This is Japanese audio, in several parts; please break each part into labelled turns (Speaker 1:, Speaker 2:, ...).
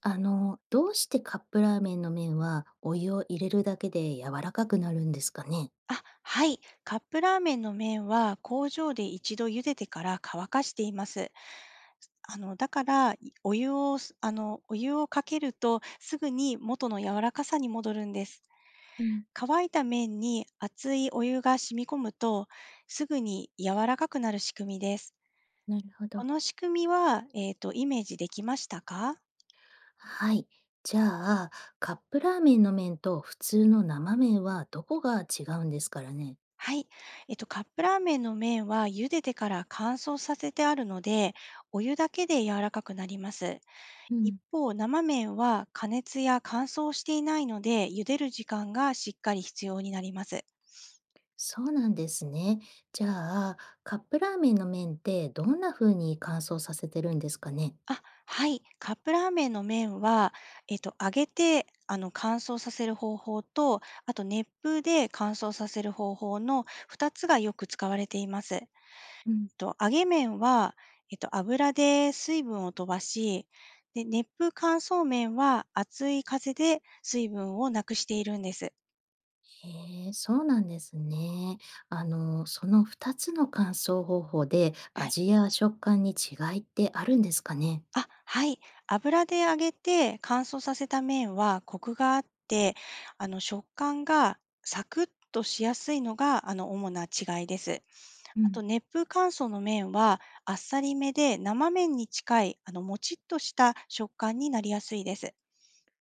Speaker 1: どうしてカップラーメンの麺はお湯を入れるだけで柔らかくなるんですかね？
Speaker 2: あ、はい。カップラーメンの麺は工場で一度茹でてから乾かしています。あの、だから、いお湯をす、あの、お湯をかけるとすぐに元の柔らかさに戻るんです。
Speaker 1: うん、
Speaker 2: 乾いた麺に熱いお湯が染み込むと、すぐに柔らかくなる仕組みです。
Speaker 1: なるほ
Speaker 2: こ
Speaker 1: ど。
Speaker 2: の仕組みは、イメージできましたか？
Speaker 1: はい。じゃあ、カップラーメンの麺と普通の生麺はどこが違うんですからね。
Speaker 2: はい。カップラーメンの麺は茹でてから乾燥させてあるので、お湯だけで柔らかくなります。
Speaker 1: う
Speaker 2: 一
Speaker 1: ん。
Speaker 2: 方、生麺は加熱や乾燥していないので、茹でる時間がしっかり必要になります。
Speaker 1: そうなんですね。じゃあ、カップラーメンの麺ってどんな風に乾燥させてるんですかね？
Speaker 2: あ、はい。カップラーメンの麺は、揚げて、乾燥させる方法と、あと熱風で乾燥させる方法の2つがよく使われています。揚げ麺は、油で水分を飛ばし、で、熱風乾燥麺は熱い風で水分をなくしているんです。
Speaker 1: へえ、そうなんですね。その2つの乾燥方法で
Speaker 2: はい。
Speaker 1: 味や食感に違いってあるんですかね？
Speaker 2: あ、はい。油で揚げて乾燥させた麺はコクがあって、食感がサクッとしやすいのが主な違いです。
Speaker 1: う
Speaker 2: あ
Speaker 1: ん。
Speaker 2: と熱風乾燥の麺はあっさりめで生麺に近いもちっとした食感になりやすいです。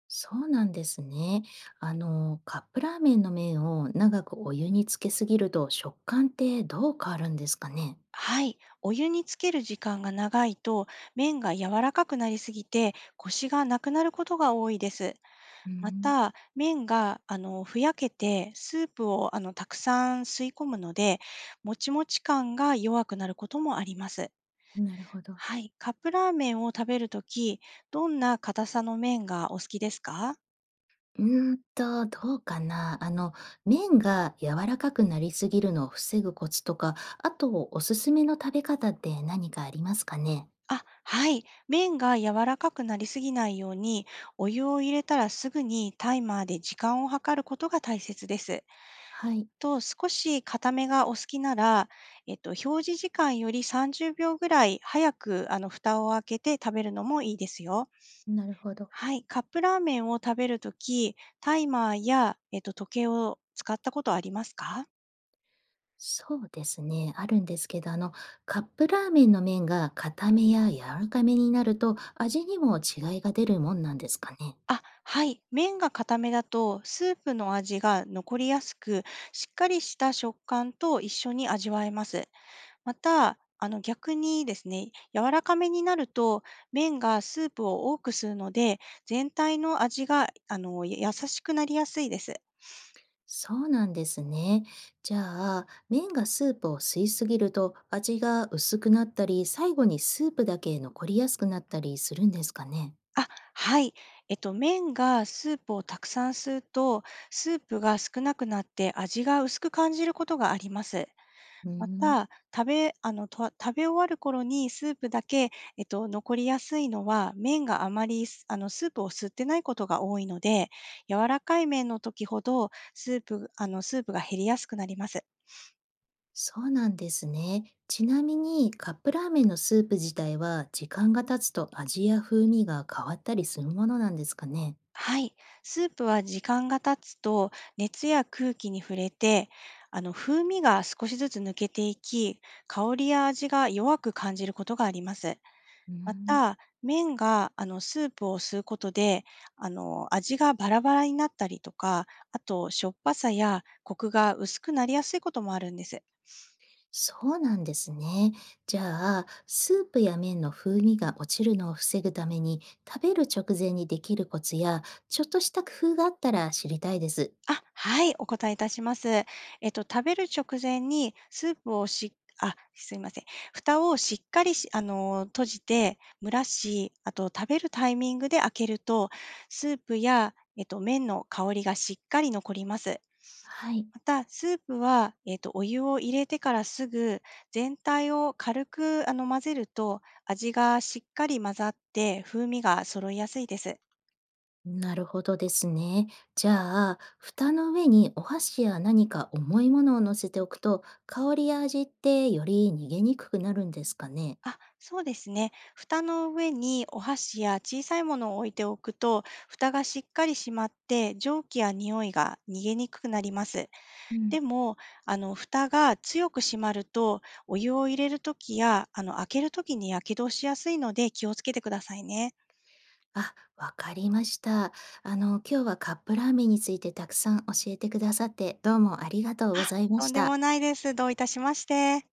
Speaker 1: そうなんですね。カップラーメンの麺を長くお湯につけすぎると食感ってどう変わるんですかね？
Speaker 2: はい。お湯につける時間が長いと麺が柔らかくなりすぎてコシがなくなることが多いです。
Speaker 1: うー
Speaker 2: ま
Speaker 1: ん、
Speaker 2: た、麺が、ふやけて、スープを、たくさん吸い込むので、もちもち感が弱くなることもあります。
Speaker 1: なるほど。
Speaker 2: はい。カップラーメンを食べるとき、どんな硬さの麺がお好きですか？
Speaker 1: うどうかな。麺が柔らかくなりすぎるのを防ぐコツとか、あとおすすめの食べ方って何かありますかね？
Speaker 2: あ、はい。麺が柔らかくなりすぎないように、お湯を入れたらすぐにタイマーで時間を計ることが大切です。
Speaker 1: はい。
Speaker 2: と、少し固めがお好きなら、表示時間より30秒ぐらい早く、蓋を開けて食べるのもいいですよ。
Speaker 1: なるほど。
Speaker 2: はい、カップラーメンを食べるとき、タイマーや、時計を使ったことありますか？
Speaker 1: そうですね、あるんですけど、カップラーメンの麺が固めや柔らかめになると味にも違いが出るもんなんですかね。
Speaker 2: あ、はい。麺が固めだと、スープの味が残りやすく、しっかりした食感と一緒に味わえます。また、逆にですね、柔らかめになると、麺がスープを多く吸うので、全体の味が、優しくなりやすいです。
Speaker 1: そうなんですね。じゃあ、麺がスープを吸いすぎると味が薄くなったり、最後にスープだけ残りやすくなったりするんですかね。
Speaker 2: あ、はい。麺がスープをたくさん吸うと、スープが少なくなって味が薄く感じることがあります。
Speaker 1: うー
Speaker 2: ま
Speaker 1: ん、
Speaker 2: た、食べあの、と食べ終わる頃にスープだけ、残りやすいのは、麺があまり、すあの、スープを吸ってないことが多いので、柔らかい麺の時ほど、スープが減りやすくなります。
Speaker 1: そうなんですね。ちなみに、カップラーメンのスープ自体は時間が経つと味や風味が変わったりするものなんですかね。
Speaker 2: はい。スープは時間が経つと、熱や空気に触れて、風味が少しずつ抜けていき、香りや味が弱く感じることがあります。
Speaker 1: うー
Speaker 2: ま
Speaker 1: ん、
Speaker 2: た、麺が、スープを吸うことで、味がバラバラになったりとか、あと、しょっぱさやコクが薄くなりやすいこともあるんです。
Speaker 1: そうなんですね。じゃあ、スープや麺の風味が落ちるのを防ぐために、食べる直前にできるコツや、ちょっとした工夫があったら知りたいです。
Speaker 2: あ、はい、お答えいたします。食べる直前にスープをしあ、すいません。蓋をしっかりし、閉じて蒸らし、あと食べるタイミングで開けると、スープや、麺の香りがしっかり残ります。
Speaker 1: はい。
Speaker 2: また、スープは、お湯を入れてからすぐ、全体を軽く、混ぜると、味がしっかり混ざって、風味が揃いやすいです。
Speaker 1: なるほどですね。じゃあ、蓋の上にお箸や何か重いものを乗せておくと、香りや味ってより逃げにくくなるんですかね。
Speaker 2: あ、そうですね。蓋の上にお箸や小さいものを置いておくと、蓋がしっかり閉まって、蒸気や匂いが逃げにくくなります。
Speaker 1: うん。
Speaker 2: でも、蓋が強く閉まると、お湯を入れるときや、開けるときに火傷しやすいので気をつけてくださいね。
Speaker 1: あ、わかりました。今日はカップラーメンについてたくさん教えてくださって、どうもありがとうご
Speaker 2: あ、
Speaker 1: ざいま
Speaker 2: とん
Speaker 1: し
Speaker 2: でも
Speaker 1: た。
Speaker 2: ないです。どういたしまして。